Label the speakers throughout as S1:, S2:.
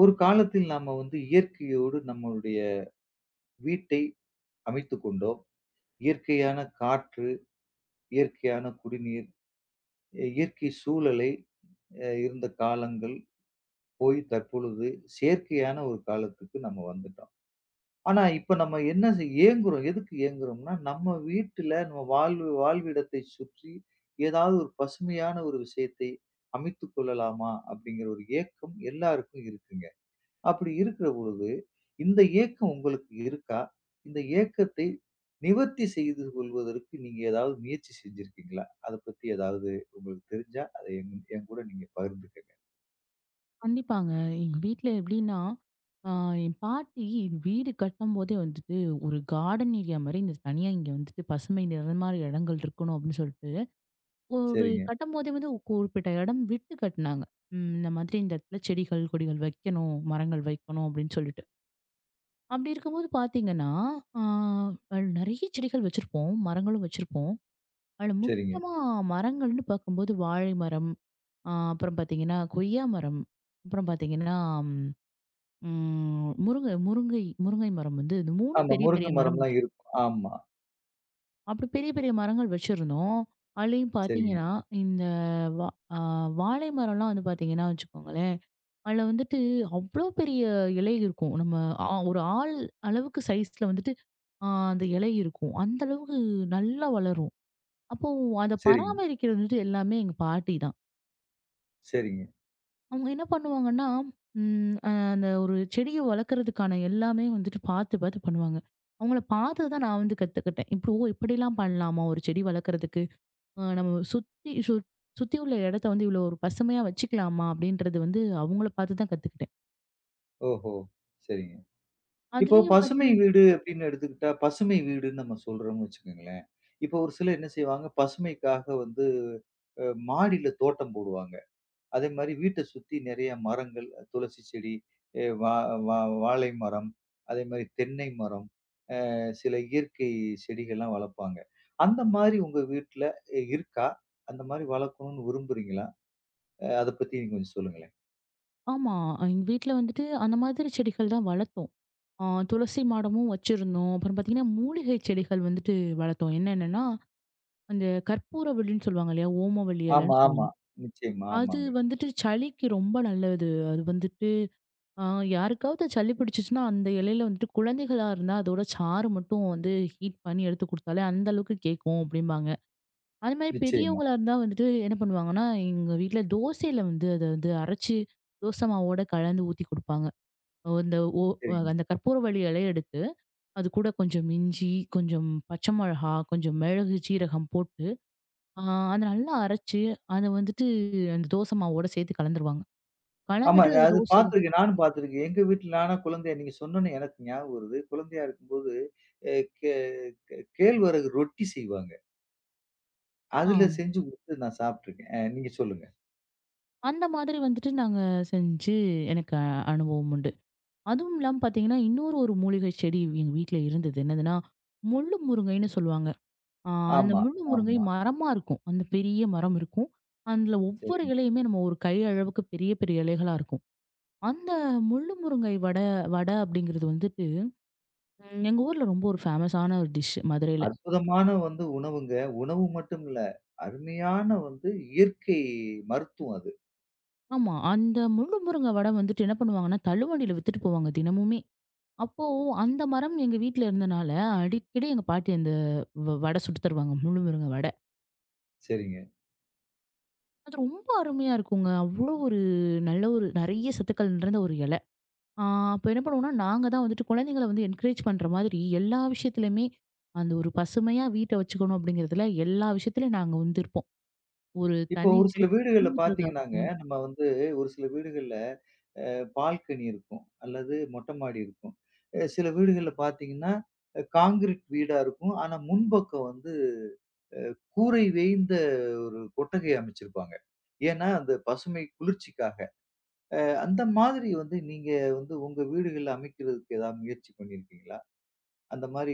S1: ஒரு காலத்தில் நாம வந்து இயற்கையோடு நம்மளுடைய வீட்டை அமைத்துக் கொண்டோம். இயற்கையான காற்று, இயற்கையான குடிநீர், இயற்கை சூழலை இருந்த காலங்கள் போய் தற்பொழுது செயற்கையான ஒரு காலத்துக்கு நம்ம வந்துட்டோம். ஆனா, இப்ப நம்ம என்ன ஏங்குறோம்? எதுக்கு ஏங்குறோம்னா, நம்ம வீட்டுல நம்ம வாழ்வு வாழ்விடத்தை சுற்றி ஏதாவது ஒரு பசுமையான ஒரு விஷயத்தை அமைத்துக் கொள்ளலாமா? அப்படிங்கிற ஒரு ஏக்கம் எல்லாருக்கும் இருக்குங்க. அப்படி இருக்கிற பொழுது, இந்த ஏக்கம் உங்களுக்கு இருக்கா? இந்த ஏக்கத்தை நிவர்த்தி செய்து கொள்வதற்கு நீங்க ஏதாவது முயற்சி செஞ்சிருக்கீங்களா? அத பத்தி ஏதாவது உங்களுக்கு தெரிஞ்சா, அத என் என் கூட நீங்க பகிர்ந்துக்கங்க.
S2: கண்டிப்பாங்க. எங்க வீட்ல எப்படின்னா, ஆ என் பாட்டி வீடு கட்டும்போதே வந்துட்டு, ஒரு கார்டன் ஏரியா மாரி இந்த தனியா இங்க வந்துட்டு பசுமை நிறமா இடங்கள் இருக்கணும் அப்படின்னு சொல்லிட்டு, ஒரு
S1: சரிங்க,
S2: கட்டும்போதே வந்து ஒரு குறிப்பிட்ட இடம் விட்டு கட்டுனாங்க. இந்த மாதிரி இந்த இடத்துல செடிகள், கொடிகள் வைக்கணும், மரங்கள் வைக்கணும் அப்படின்னு சொல்லிட்டு. அப்படி இருக்கும்போது பார்த்தீங்கன்னா, ஆ நெறைய செடிகள் வச்சிருப்போம், மரங்களும் வச்சிருப்போம். அதில
S1: சரிங்க.
S2: முக்கியமா மரங்கள்னு பார்க்கும்போது வாழை மரம், அப்புறம் பார்த்தீங்கன்னா கொய்யா மரம், அப்புறம் பார்த்தீங்கன்னா முருங்கை முருங்கை முருங்கை மரம் வந்து இந்த 3ம்
S1: ஆமா.
S2: பெரிய
S1: முருங்க
S2: பெரிய மரம்
S1: மரம்லாம்
S2: வச்சு
S1: இருக்கும். ஆமா.
S2: அப்படி பெரிய பெரிய மரங்கள் வச்சிருந்தோம். அதுலயும்
S1: சரிங்க,
S2: பார்த்தீங்கன்னா, இந்த வா அ வாழை மரம்லாம் வந்து பார்த்தீங்கன்னா வச்சுக்கோங்களேன், அதுல வந்துட்டு அவ்ளோ பெரிய இலை இருக்கும். நம்ம ஒரு ஆள் அளவுக்கு சைஸ்ல வந்துட்டு அ அந்த இலை இருக்கும். அந்த அளவுக்கு நல்லா வளரும். அப்போ அத
S1: சரிங்க,
S2: பராமரிக்கிறது வந்துட்டு எல்லாமே எங்க பாட்டி தான்.
S1: சரிங்க.
S2: அவங்க என்ன பண்ணுவாங்கன்னா, ம் அ அந்த ஒரு செடிய வளர்க்கறதுக்கான எல்லாமே வந்துட்டு பார்த்து, பார்த்து பண்ணுவாங்க. அவங்கள பார்த்து தான் நான் வந்து கத்துக்கிட்டேன். இப்போ இப்படிலாம் பண்ணலாமா ஒரு செடி வளர்க்கறதுக்கு? நம்ம சுத்தி உள்ள இடத்த வந்து இவ்வளோ ஒரு பசுமையா வச்சுக்கலாமா? அப்படின்றது வந்து அவங்கள பார்த்து தான் கத்துக்கிட்டேன்.
S1: ஓஹோ! சரிங்க. இப்போ
S2: அதுலயும்
S1: பசுமை
S2: பார்த்தீங்கன்னா
S1: வீடு அப்படின்னு எடுத்துக்கிட்டா, பசுமை வீடுன்னு நம்ம சொல்றோம்ன்னு வச்சுக்கங்களேன். இப்போ ஒரு சிலர் என்ன செய்வாங்க, பசுமைக்காக வந்து மாடியில தோட்டம் போடுவாங்க. அதே மாரி வீட்ட சுத்தி நெறைய மரங்கள், துளசி செடி, எ வா வா வாழை மரம், அதே மாரி தென்னை மரம், சில இயற்கை செடிகள்லாம் வளர்ப்பாங்க. அந்த மாரி உங்க வீட்ல இருக்கா? அந்த மாரி வளர்க்கணும்னு விரும்புறீங்களா? அத பத்தி நீங்க கொஞ்சம் சொல்லுங்களேன்.
S2: ஆமா. எங்க வீட்ல வந்துட்டு அந்த மாதிரி செடிகள் தான் வளர்த்தோம். அ துளசி மாடமும் வச்சிருந்தோம். அப்புறம் பார்த்தீங்கன்னா, மூலிகை செடிகள் வந்துட்டு வளர்த்தோம். என்னென்னன்னா, அந்த கற்பூரவள்ளின்னு சொல்லுவாங்க இல்லையா? ஓமவல்லி
S1: ஆமா,
S2: இலைன்னு
S1: ஆமா.
S2: சொல்லுவாங்க.
S1: நிச்சயமா,
S2: அது
S1: ஆமாங்க.
S2: வந்துட்டு சளிக்கு ரொம்ப நல்லது. அது வந்துட்டு ஆ யாருக்காவது சளி பிடிச்சிச்சுன்னா, அந்த இலையில வந்துட்டு குழந்தைகளா இருந்தா அதோட சாறு மட்டும் வந்து ஹீட் பண்ணி எடுத்து குடுத்தாலே, அந்த அளவுக்கு கேட்கும் அப்டிம்பாங்க. அதுமாரி
S1: நிச்சயமா.
S2: பெரியவங்களா இருந்தா வந்துட்டு என்ன பண்ணுவாங்கன்னா, எங்க வீட்ல தோசையில வந்து அத வந்து அரைச்சு, தோசை மாவோட கலந்து ஊத்தி குடுப்பாங்க. அந்த ஓ
S1: சரிங்க.
S2: அந்த கற்பூரவள்ளி இலைய எடுத்து, அது கூட கொஞ்சம் இஞ்சி, கொஞ்சம் பச்சை மொளகா, கொஞ்சம் மிளகு, சீரகம் போட்டு, ஆ அத நல்லா அரைச்சு, அத வந்துட்டு அந்த தோசை மாவோட சேர்த்து கலந்துருவாங்க.
S1: ஆமா.
S2: கலந்துட்டு அது
S1: நான் அது
S2: தோசையில
S1: பார்த்துருக்கேன். நானும் பார்த்துருக்கேன். எங்க வீட்ல நானா குழந்தையா நீங்க சொன்னோனே எனக்கு ஞாபகம் வருது. குழந்தையா இருக்கும்போது அ கே கேழ்வரகு ரொட்டி செய்வாங்க.
S2: ஆ
S1: அதுல செஞ்சு குடுத்து நான் சாப்பிட்டுருக்கேன். நீங்க சொல்லுங்க.
S2: அந்த மாதிரி வந்துட்டு நாங்க செஞ்சு எனக்கு அனுபவம் உண்டு. அதுவும் இல்லாம பார்த்தீங்கன்னா, இன்னொரு ஒரு மூலிகை செடி எங்க வீட்ல இருந்தது. என்னதுன்னா, முள்ளு முருங்கைன்னு சொல்லுவாங்க. ஆ அந்த
S1: ஆமா,
S2: முள்ளு முருங்கை
S1: ஆமா.
S2: மரமா இருக்கும். அந்த பெரிய மரம் இருக்கும். அதுல ஒவ்வொரு
S1: சரிங்க.
S2: இலையுமே நம்ம ஒரு கை அளவுக்கு பெரிய பெரிய இலைகளா இருக்கும். அந்த முள்ளு முருங்கை வடை அப்படிங்கிறது வந்துட்டு, எங்க ஊர்ல ரொம்ப ஒரு ஃபேமஸான ஒரு டிஷ் மதுரையில.
S1: அற்புதமான வந்து உணவுங்க. உணவு மட்டும் இல்ல. அருமையான வந்து இயற்கை மருத்துவம் அது.
S2: ஆமா. அந்த முள்ளு முருங்கை வடை வந்துட்டு என்ன பண்ணுவாங்கன்னா, தள்ளுவண்டியில வித்துட்டு போவாங்க தினமுமே. அப்போ அந்த மரம் எங்க வீட்ல இருந்தனால, அடிக்கடி எங்க பாட்டி அந்த வடை சுட்டு தருவாங்க. முழு முருங்க வடை.
S1: சரிங்க.
S2: அது ரொம்ப அருமையா இருக்குங்க. அவ்ளோ ஒரு நல்ல ஒரு நெறைய சத்துக்கள் நிறைந்த ஒரு இலை. ஆ அப்ப என்ன பண்ணுவோம்னா, நாங்க தான் வந்துட்டு குழந்தைங்கள வந்து என்கரேஜ் பண்ற மாதிரி எல்லா விஷயத்துலயுமே, அந்த ஒரு பசுமையா வீட்ட வச்சுக்கணும் அப்படிங்கிறதுல எல்லா விஷயத்துலயும் நாங்க வந்து இருப்போம். ஒரு
S1: இப்போ
S2: தண்ணி
S1: ஒரு சில
S2: செடி
S1: வீடுகள்ல
S2: தண்ணி
S1: பார்த்தீங்கன்னாங்க,
S2: ஊத்துறதாகட்டும்,
S1: நம்ம வந்து ஒரு சில வீடுகள்ல பால்கனி இருக்கும். அல்லது மொட்டை மாடி இருக்கும். சில வீடுகள்ல பார்த்தீங்கன்னா, கான்கிரீட் வீடா இருக்கும். ஆனா முன்பக்கம் வந்து கூரை வேய்ந்த ஒரு கொட்டகை அமைச்சிருப்பாங்க. ஏன்னா, அந்த பசுமை குளிர்ச்சிக்காக. அந்த மாதிரி வந்து நீங்க வந்து உங்க வீடுகள்ல அமைக்கிறதுக்கு ஏதாவது முயற்சி பண்ணியிருக்கீங்களா? அந்த மாரி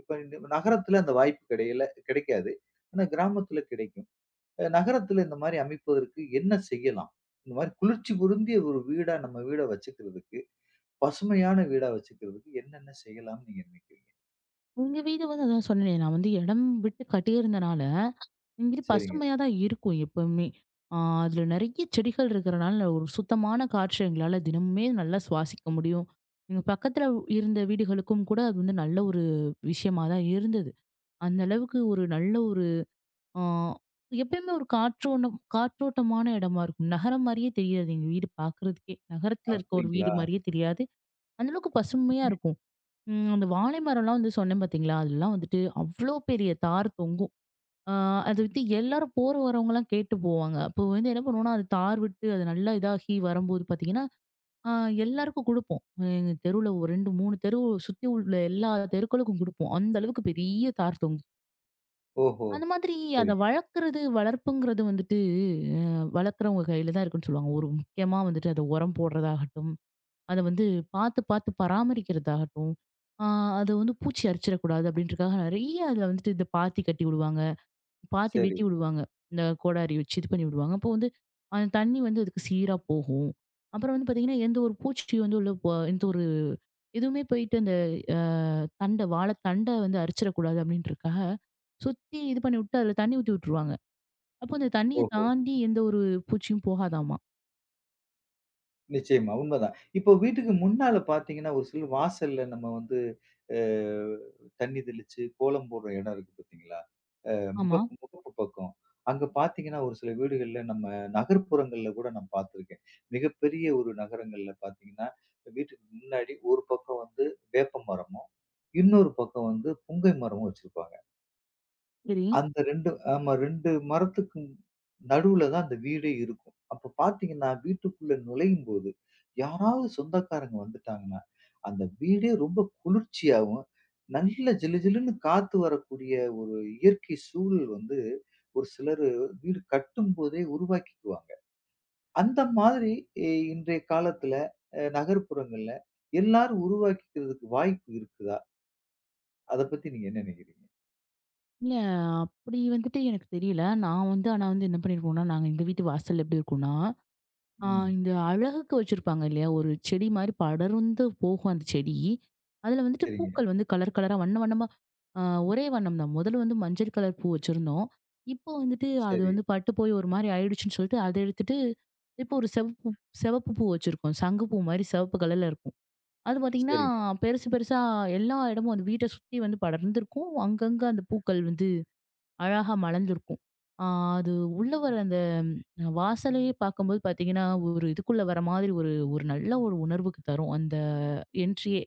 S1: இப்ப இந்த நகரத்துல அந்த வாய்ப்பு கிடைக்காது. ஆனா கிராமத்துல கிடைக்கும். நகரத்துல இந்த மாரி அமைப்பதற்கு என்ன செய்யலாம்? இந்த மாரி குளிர்ச்சி பொருந்திய ஒரு வீடா நம்ம வீட வச்சுக்கிறதுக்கு, பசுமையான வீடா வச்சுக்கிறதுக்கு என்னென்ன செய்யலாம்ன்னு நீங்க நினைக்கிறீங்க?
S2: எங்க வீடு வந்து அதான் சொன்னேனே நான் வந்து இடம் விட்டு கட்டியிருந்தனால இங்கிட்டு
S1: சரிங்க.
S2: பசுமையா தான் இருக்கும் எப்பவுமே. ஆ அதுல நெறைய செடிகள் இருக்கிறனால ஒரு சுத்தமான காற்று எங்களால தினமுமே நல்லா சுவாசிக்க முடியும். எங்க பக்கத்துல இருந்த வீடுகளுக்கும் கூட அது வந்து நல்ல ஒரு விஷயமா தான் இருந்தது. அந்த அளவுக்கு ஒரு நல்ல ஒரு ஆ எப்பயுமே ஒரு காற்றோட்டம் காற்றோட்டமான இடமா இருக்கும். நகரம் மாரியே தெரியாது எங்க வீடு பார்க்குறதுக்கே. நகரத்துல இருக்க ஒரு வீடு
S1: அப்படிங்களா?
S2: மாரியே தெரியாது. அந்த அளவுக்கு பசுமையா இருக்கும். அந்த வாழை மரம்லாம் வந்து சொன்னேன் பார்த்தீங்களா? அதெல்லாம் வந்துட்டு அவ்ளோ பெரிய தார் தொங்கும். ஆ அது வந்து எல்லாரும் போற வரவங்கலாம் கேட்டு போவாங்க. அப்போ வந்து என்ன பண்ணுவோம்னா, அது தார் விட்டு அது நல்லா இதாகி வரும்போது பார்த்தீங்கன்னா, ஆ எல்லாருக்கும் குடுப்போம். எங்க தெருவுல ஒரு 2, 3 தெரு சுத்தி உள்ள எல்லா தெருக்களுக்கும் குடுப்போம். அந்த அளவுக்கு பெரிய தார் தொங்கும்.
S1: ஓஹோ!
S2: அந்த மாதிரி அத
S1: சரிங்க.
S2: வளர்க்குறது, வளர்ப்புங்கிறது வந்துட்டு அ வளர்க்குறவங்க கையில தான் இருக்குன்னு சொல்லுவாங்க. ஒரு முக்கியமா வந்துட்டு அத உரம் போடுறதாகட்டும், அத வந்து பார்த்து பார்த்து பராமரிக்கிறதாகட்டும், ஆ அது வந்து பூச்சி அரிச்சிடக்கூடாது அப்படின்றதுக்காக நெறைய அதுல வந்துட்டு இந்த பாத்தி கட்டி விடுவாங்க. பார்த்து
S1: சரி.
S2: வெட்டி விடுவாங்க. இந்த கோடாரி வச்சு இது பண்ணி விடுவாங்க. அப்போ வந்து அந்த தண்ணி வந்து அதுக்கு சீரா போகும். அப்புறம் வந்து பார்த்தீங்கன்னா, எந்த ஒரு பூச்சி வந்து உள்ள போ எந்த ஒரு எதுவுமே போயிட்டு அந்த அ தண்ட வாழைத்தண்ட வந்து அரிச்சிடக்கூடாது அப்படின்றதுக்காக, சுத்தி இது பண்ணி விட்டு அதில தண்ணி ஊத்தி விட்டுருவாங்க. அப்போ அந்த தண்ணிய
S1: ஓஹோ!
S2: தாண்டி எந்த ஒரு பூச்சியும் போகாதாமா.
S1: நிச்சயமா. உண்மதான். இப்போ வீட்டுக்கு முன்னால பார்த்தீங்கன்னா, ஒரு சிலர் வாசல்ல நம்ம வந்து அ தண்ணி தெளிச்சு கோலம் போடுற இடம் இருக்கு பார்த்தீங்களா?
S2: ஆமா.
S1: முகப்பு முகப்பு பக்கம். அங்க பார்த்தீங்கன்னா, ஒரு சில வீடுகள்ல நம்ம நகர்ப்புறங்கள்ல கூட நான் பார்த்துருக்கேன். மிகப்பெரிய ஒரு நகரங்கள்ல பார்த்தீங்கன்னா, வீட்டுக்கு முன்னாடி ஒரு பக்கம் வந்து வேப்ப மரமும், இன்னொரு பக்கம் வந்து புங்கை மரமும் வச்சிருப்பாங்க.
S2: சரி.
S1: அந்த 2 ஆமா 2 மரத்துக்கு நடுவுல தான் அந்த வீடே இருக்கும். அப்ப பார்த்தீங்கன்னா, வீட்டுக்குள்ள நுழையும்போது, யாராவது சொந்தக்காரங்க வந்துட்டாங்கன்னா, அந்த வீடே ரொம்ப குளிர்ச்சியாவும், நல்ல ஜிலு ஜிலுன்னு காத்து வரக்கூடிய ஒரு இயற்கை சூழல் வந்து, ஒரு சிலரு வீடு கட்டும்போதே உருவாக்கிக்குவாங்க. அந்த மாதிரி இன்றைய காலத்துல நகர்ப்புறங்கள்ல எல்லாரும் உருவாக்கிக்கிறதுக்கு வாய்ப்பு இருக்குதா? அத பத்தி நீங்க என்ன நினைக்கிறீங்க?
S2: இல்ல அப்படி வந்துட்டு எனக்கு தெரியல. நான் வந்து ஆனா வந்து என்ன பண்ணியிருக்கோம்னா, நாங்க எங்க வீட்டு வாசல்ல எப்படி இருக்கோம்னா, ஆ
S1: ம்.
S2: இந்த அழகுக்கு வச்சிருப்பாங்க இல்லையா? ஒரு செடி மாரி படர்ந்து போகும் அந்த செடி. அதுல வந்துட்டு
S1: சரிங்க.
S2: பூக்கள் வந்து கலர் கலரா வண்ண வண்ணமா ஆ ஒரே வண்ணம் தான். முதல்ல வந்து மஞ்சள் கலர் பூ வச்சிருந்தோம். இப்போ வந்துட்டு அது
S1: சரி,
S2: வந்து பட்டு போய் ஒரு மாரி ஆயிடுச்சுன்னு சொல்லிட்டு அத எடுத்துட்டு, இப்போ ஒரு செவப்பு செவப்பு பூ வச்சிருக்கோம். சங்கு பூ மாரி சிவப்பு கலர்ல இருக்கும். அது பார்த்தீங்கன்னா,
S1: சரிங்க.
S2: பெருசு பெருசா எல்லா இடமும் அந்த வீட்ட சுத்தி வந்து படர்ந்திருக்கும். அங்கங்க அந்த பூக்கள் வந்து அழகா மலர்ந்திருக்கும். ஆ அது உள்ள வர அந்த வாசலையே பார்க்கும்போது பார்த்தீங்கன்னா, ஒரு இதுக்குள்ள வர மாதிரி ஒரு ஒரு நல்ல ஒரு உணர்வுக்கு தரும் அந்த என்ட்ரியே.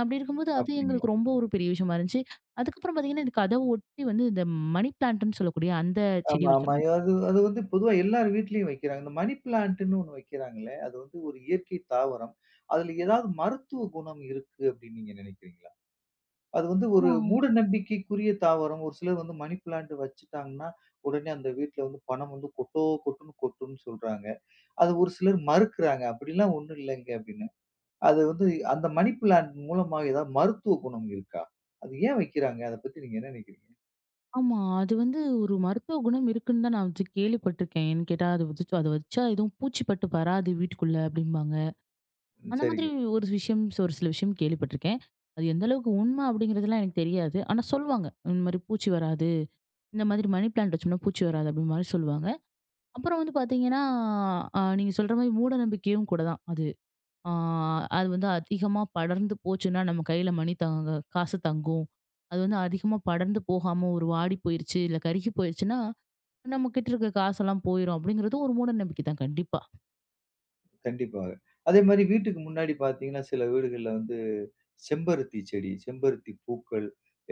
S2: அப்படி இருக்கும்போது அது
S1: அப்டிங்களா?
S2: எங்களுக்கு ரொம்ப ஒரு பெரிய விஷயமா இருந்துச்சு. அதுக்கப்புறம் பார்த்தீங்கன்னா, இந்த கதவ ஒட்டி வந்து இந்த மணி பிளான்ட்ன்னு சொல்லக்கூடிய அந்த செடி
S1: ஆமா, ஆமா.
S2: வச்சிருந்தோம்.
S1: அது அது வந்து பொதுவா எல்லார் வீட்லயும் வைக்கிறாங்க. இந்த மணி பிளான்ட்ன்னு ஒண்ணு வைக்கிறாங்களே, அது வந்து ஒரு இயற்கை தாவரம். அதுல ஏதாவது மருத்துவ குணம் இருக்கு அப்டின்னு நீங்க நெனைக்கிறீங்களா? அது வந்து ஒரு
S2: ஆமா,
S1: மூட நம்பிக்கைக்குரிய தாவரம். ஒரு சிலர் வந்து மணி பிளான்ட் வச்சுட்டாங்கன்னா, உடனே அந்த வீட்ல வந்து பணம் வந்து கொட்டோ கொட்டுன்னு கொட்டும்னு சொல்றாங்க. அது ஒரு சிலர் மறுக்கிறாங்க. "அப்படிலாம் ஒண்ணும் இல்லைங்க" அப்படின்னு. அது வந்து அந்த மணி பிளான்ட் மூலமா ஏதாவது மருத்துவ குணம் இருக்கா? அது ஏன் வைக்கிறாங்க? அத பத்தி நீங்க என்ன நெனைக்கிறீங்க?
S2: ஆமா. அது வந்து ஒரு மருத்துவ குணம் இருக்குன்னு தான் நான் வந்து கேள்விப்பட்டிருக்கேன். ஏன்னு கேட்டா, அது அது வச்சா எதுவும் பூச்சி பட்டு வராது வீட்டுக்குள்ள அப்படிம்பாங்க.
S1: ம்,
S2: அந்த மாதிரி
S1: சரிங்க.
S2: ஒரு விஷயம் ஒரு சில விஷயம் கேள்விப்பட்டிருக்கேன். அது எந்த அளவுக்கு உண்மை அப்படிங்கிறதுலாம் எனக்கு தெரியாது. ஆனா சொல்லுவாங்க. இந்த மாதிரி பூச்சி வராது. இந்த மாதிரி மணி பிளான்ட் வச்சோம்னா பூச்சி வராது அப்படின்ற மாதிரி சொல்லுவாங்க. அப்புறம் வந்து பார்த்தீங்கன்னா, நீங்க சொல்ற மாதிரி மூட நம்பிக்கையும் கூட தான் அது. ஆ அது வந்து அதிகமா படர்ந்து போச்சுன்னா நம்ம கையில மணி தங்க காசு தங்கும். அது வந்து அதிகமா படர்ந்து போகாம ஒரு வாடி போயிருச்சு, இல்ல கருகி போயிருச்சுன்னா, நம்ம கிட்ட இருக்க காசெல்லாம் போயிரும் அப்படிங்கிறது ஒரு மூட நம்பிக்கை தான் கண்டிப்பா.
S1: கண்டிப்பாக. அதே மாரி வீட்டுக்கு முன்னாடி பார்த்தீங்கன்னா, சில வீடுகள்ல வந்து செம்பருத்தி செடி, செம்பருத்தி பூக்கள்,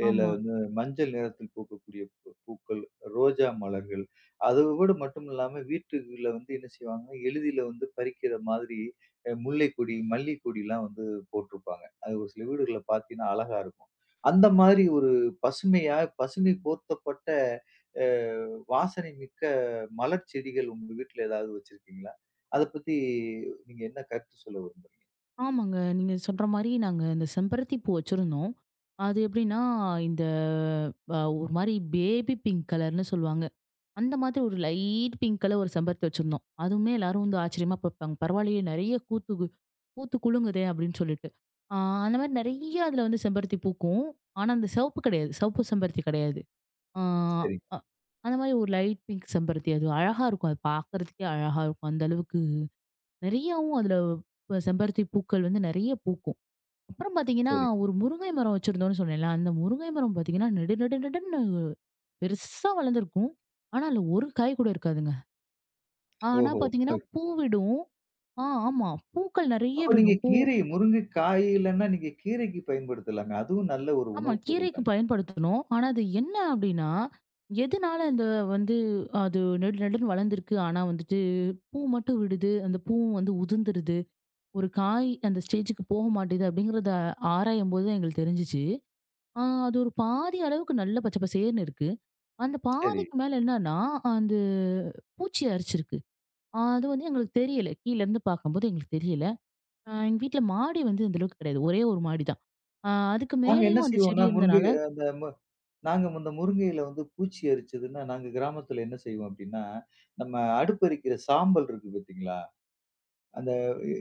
S1: இல்ல
S2: ஆமா.
S1: வந்து மஞ்சள் நிறத்தில் பூக்கக்கூடிய பூ பூக்கள், ரோஜா மலர்கள், அதோடு மட்டும் இல்லாம வீட்டுக்குள்ள வந்து என்ன செய்வாங்கன்னா, எளிதில வந்து பறிக்கிற மாதிரி முல்லைக்கொடி, மல்லிக்கொடிலாம் வந்து போட்டிருப்பாங்க. அது ஒரு சில வீடுகள்ல பார்த்தீங்கன்னா அழகா இருக்கும். அந்த மாதிரி ஒரு பசுமையா பசுமை போர்த்தப்பட்ட அ வாசனை மிக்க மலர் செடிகள் உங்க வீட்ல ஏதாவது வச்சிருக்கீங்களா? அத பத்தி நீங்க என்ன கருத்து சொல்ல விரும்புறீங்க?
S2: ஆமாங்க. நீங்க சொல்ற மாரி நாங்க இந்த செம்பருத்தி பூ வச்சிருந்தோம். அது எப்படின்னா, இந்த ஒரு மாரி பேபி பிங்க் கலர்ன்னு சொல்லுவாங்க. அந்த மாதிரி ஒரு லைட் பிங்க் கலர் ஒரு செம்பருத்தி வச்சிருந்தோம். அதுவுமே எல்லாரும் வந்து ஆச்சரியமா பார்ப்பாங்க. பரவாயில்லையே நெறைய கூத்து கு பூத்து குலுங்குதே அப்படின்னு சொல்லிட்டு. ஆ அந்த மாரி நெறைய அதுல வந்து செம்பருத்தி பூக்கும். ஆனா அந்த சிவப்பு கிடையாது. சிவப்பு செம்பருத்தி கிடையாது. ஆ
S1: சரிங்க,
S2: அ அந்த மாரி ஒரு லைட் பிங்க் செம்பருத்தி. அது அழகா இருக்கும். அது பார்க்கறதுக்கே அழகா இருக்கும். அந்த அளவுக்கு நெறையாவும் அதுல இப்ப செம்பருத்தி பூக்கள் வந்து நெறைய பூக்கும். அப்புறம் பாத்தீங்கன்னா,
S1: சரிங்க.
S2: ஒரு முருங்கை மரம் வச்சிருந்தோம்னு சொன்னேன்ல. அந்த முருங்கை மரம் பாத்தீங்கன்னா, நெடு நெடு நெடுன்னு பெருசா வளர்ந்திருக்கும். ஆனா, அதுல ஒரு காய் கூட இருக்காதுங்க. ஆனா
S1: ஓஹோ!
S2: பாத்தீங்கன்னா,
S1: அது.
S2: பூ விடும். ஆமா. பூக்கள் நெறைய
S1: அப்ப நீங்க
S2: விடும். பூ
S1: கீரை முருங்கைக்காய் இல்லன்னா, நீங்க கீரைக்கு பயன்படுத்தலாமே. அதுவும் நல்ல ஒரு
S2: ஆமா.
S1: உணவு பொருள்
S2: கீரைக்கு
S1: தானே!
S2: பயன்படுத்தணும். ஆனா, அது என்ன அப்டின்னா, எதுனால இந்த வந்து அது நெடு நெடுன்னு வளர்ந்திருக்கு. ஆனா வந்துட்டு, பூ மட்டும் விடுது. அந்த பூவும் வந்து உதிர்ந்துருது. ஒரு காய் அந்த ஸ்டேஜுக்கு போக மாட்டேங்குது. அப்டிங்கிறத ஆராயும்போது தான் எங்களுக்கு தெரிஞ்சுச்சு. அது ஒரு பாதி அளவுக்கு நல்ல பச்சை பசேல்னு இருக்கு. அந்த
S1: சரி.
S2: பாதிக்கு மேல என்னன்னா, அந்த பூச்சி அரிச்சிருக்கு. அது வந்து எங்களுக்கு தெரியல. கீழ இருந்து பார்க்கும்போது எங்களுக்கு தெரியல. எங்க வீட்ல மாடி வந்து அந்த அளவுக்கு கிடையாது. ஒரே ஒரு மாடி தான். அதுக்கு
S1: நாங்க என்ன
S2: மேலேயும் அந்த செடி
S1: செய்வோம்ன்னா, முருங்கை
S2: இருந்தனால
S1: அந்த மு நாங்க இந்த முருங்கையில வந்து பூச்சி அரிச்சதுன்னா, நாங்க கிராமத்துல என்ன செய்வோம் அப்டின்னா, நம்ம அடுப்பு எரிக்கிற சாம்பல் இருக்கு பார்த்தீங்களா? அந்த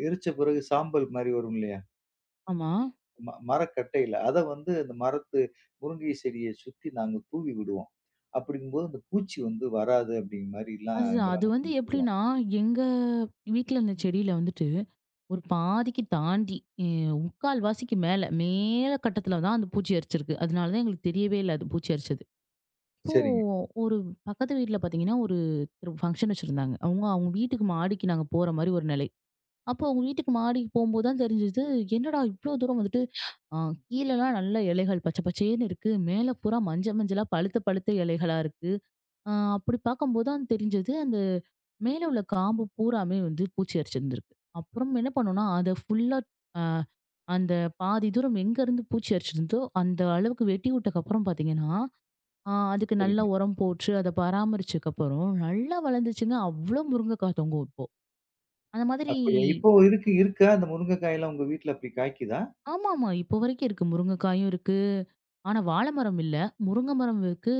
S1: எரிச்ச பிறகு சாம்பல் மாரி வரும் இல்லையா?
S2: ஆமா.
S1: மரக்கட்டையில. அத வந்து அந்த மரத்து முருங்கை செடிய சுத்தி நாங்க தூவி விடுவோம். அப்படிங்கும்போது அந்த பூச்சி வந்து வராது அப்படிங்கிற மாரிலாம்
S2: அதுதான். அது வந்து
S1: கிராமத்துல சொல்லுவாங்க.
S2: எப்படின்னா, எங்க வீட்ல இருந்த செடியில வந்துட்டு ஒரு பாதிக்கு தாண்டி, அ 3/4 வாசிக்கு மேல, மேல கட்டத்துல தான் அந்த பூச்சி அரிச்சிருக்கு. அதனால தான் எங்களுக்கு தெரியவே இல்ல அது பூச்சி அரிச்சது. அப்போ
S1: சரிங்க,
S2: ஒரு பக்கத்து வீட்ல பார்த்தீங்கன்னா, ஒரு ஒரு ஃபங்ஷன் வச்சிருந்தாங்க. அவங்க அவங்க வீட்டுக்கு மாடிக்கு நாங்க போற மாரி ஒரு நிலை. அப்போ அவங்க வீட்டுக்கு மாடிக்கு போம்போது தான் தெரிஞ்சது, என்னடா இவ்ளோ தூரம் வந்துட்டு அ கீழலாம் நல்ல இலைகள் பச்சை பச்சேன்னு இருக்கு. மேல பூரா மஞ்சளா பழுத்த பழுத்த இலைகளா இருக்கு. அ அப்படி பார்க்கும்போது தான் தெரிஞ்சது, அந்த மேல உள்ள காம்பு பூராமே வந்து பூச்சி அரிச்சிருந்திருக்கு. அப்புறம் என்ன பண்ணோம்னா, அத ஃபுல்லா அ அந்த பாதி தூரம் எங்கருந்து பூச்சி அரிச்சிருந்தோ, அந்த அளவுக்கு வெட்டி விட்டக்கப்புறம் பார்த்தீங்கன்னா, அதுக்கு நல்லா
S1: சரிங்க.
S2: உரம் போட்டு, அத பராமரிச்சதுக்கப்புறம் நல்லா வளர்ந்துச்சுங்க. அவ்ளோ முருங்கைக்காய் தொங்கும் இப்போ. அந்த மாதிரி
S1: அப்படியா இப்போ இருக்கா? அந்த முருங்கைக்காயெல்லாம் உங்க வீட்ல அப்படி காய்க்குதா?
S2: ஆமாமா. இப்போ வரைக்கும் இருக்கு. முருங்கைக்காயும் இருக்கு. ஆனா வாழை மரம் இல்ல. முருங்கை மரம் இருக்கு.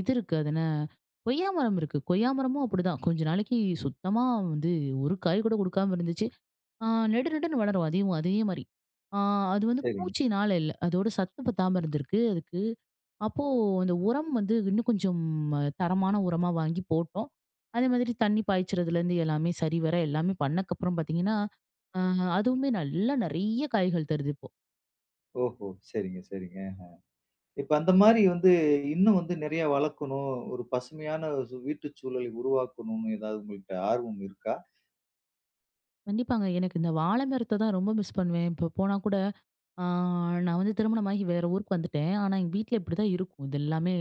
S2: இது இருக்கு. அது என்ன கொய்யா மரம் இருக்கு. கொய்யா மரமும் அப்படிதான். கொஞ்ச நாளைக்கு சுத்தமா வந்து ஒரு காய் கூட குடுக்காம இருந்துச்சு. ஆ நெடு நெடுன்னு வளரும். அதையும் அதே மாரி. ஆ அது வந்து
S1: சரிங்க.
S2: பூச்சினால இல்ல. அதோட சத்து பத்தாம இருந்திருக்கு அதுக்கு. அப்போ அந்த உரம் வந்து இன்னும் கொஞ்சம் தரமான உரமா வாங்கி போட்டோம். அதே மாதிரி தண்ணி பாய்ச்சறதுலேருந்து எல்லாமே சரிவர எல்லாமே பண்ணக்கப்புறம் பார்த்தீங்கன்னா, அ அதுவுமே நல்லா நெறைய காய்கள் தருது இப்போ.
S1: ஓஹோ! சரிங்க, சரிங்க. இப்ப அந்த மாரி வந்து இன்னும் வந்து நெறைய வளர்க்கணும். ஒரு பசுமையான வீட்டு சூழலை உருவாக்கணும்னு ஏதாவது உங்கள்ட்ட ஆர்வம் இருக்கா?
S2: கண்டிப்பாங்க. எனக்கு இந்த வாழை மரத்த தான் ரொம்ப மிஸ் பண்ணுவேன். இப்போ போனா கூட, ஆ நான் வந்து திருமணமாகி வேற ஊருக்கு வந்துட்டேன். ஆனா, எங்க வீட்ல இப்படிதான் இருக்கும். இது எல்லாமே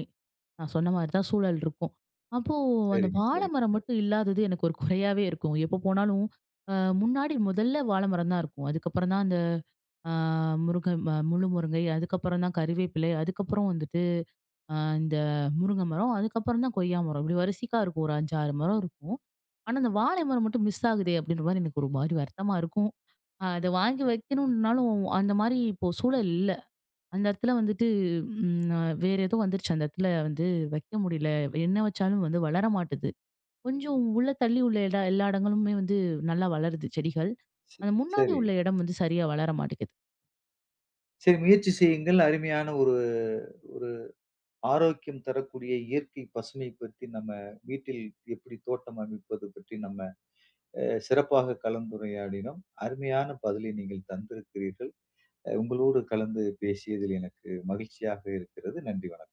S2: நான் சொன்ன மாரி தான் சூழல் இருக்கும். அப்போ அந்த
S1: சரிங்க,
S2: வாழை
S1: சரிங்க,
S2: மரம்
S1: சரி.
S2: மட்டும் இல்லாதது எனக்கு ஒரு குறையாவே இருக்கும். எப்போ போனாலும் அ முன்னாடி முதல்ல வாழை மரம் தான் இருக்கும். அதுக்கப்புறம் தான் அந்த ஆ முருங்கை முழு முருங்கை, அதுக்கப்புறம் தான் கறிவேப்பிலை, அதுக்கப்புறம் வந்துட்டு அ இந்த முருங்கை மரம், அதுக்கப்புறம் தான் கொய்யா மரம். இப்படி வரிசைக்கா இருக்கும். ஒரு 5, 6 மரம் இருக்கும். ஆனா, அந்த வாழை மரம் மட்டும் மிஸ் ஆகுதே அப்படின்ற மாரி எனக்கு ஒரு மாரி வருத்தமா இருக்கும். அத வாங்கி வைக்கணும்னாலும், அந்த மாரி இப்போ சூழல் இல்ல. அந்த இடத்துல வந்துட்டு வேற ஏதோ வந்துருச்சு. அந்த இடத்துல வந்து வைக்க முடியல. என்ன வச்சாலும் வந்து வளர மாட்டுது. கொஞ்சம் உள்ள தள்ளி உள்ள எல்லா இடங்களுமே வந்து நல்லா வளருது செடிகள். அந்த முன்னாடி
S1: சரி.
S2: உள்ள இடம் வந்து சரியா வளர மாட்டேங்குது.
S1: சரி முயற்சி செய்யுங்கள். அருமையான ஒரு ஒரு ஆரோக்கியம் தரக்கூடிய இயற்கை பசுமை பற்றி நம்ம வீட்டில் எப்படி தோட்டம் அமைப்பது பற்றி நம்ம சிறப்பாக கலந்துரையாடினோம். அருமையான பதிலை நீங்கள் தந்திருக்கிறீர்கள். உங்களோடு கலந்து பேசியதில் எனக்கு மகிழ்ச்சியாக இருக்கிறது. நன்றி, வணக்கம்.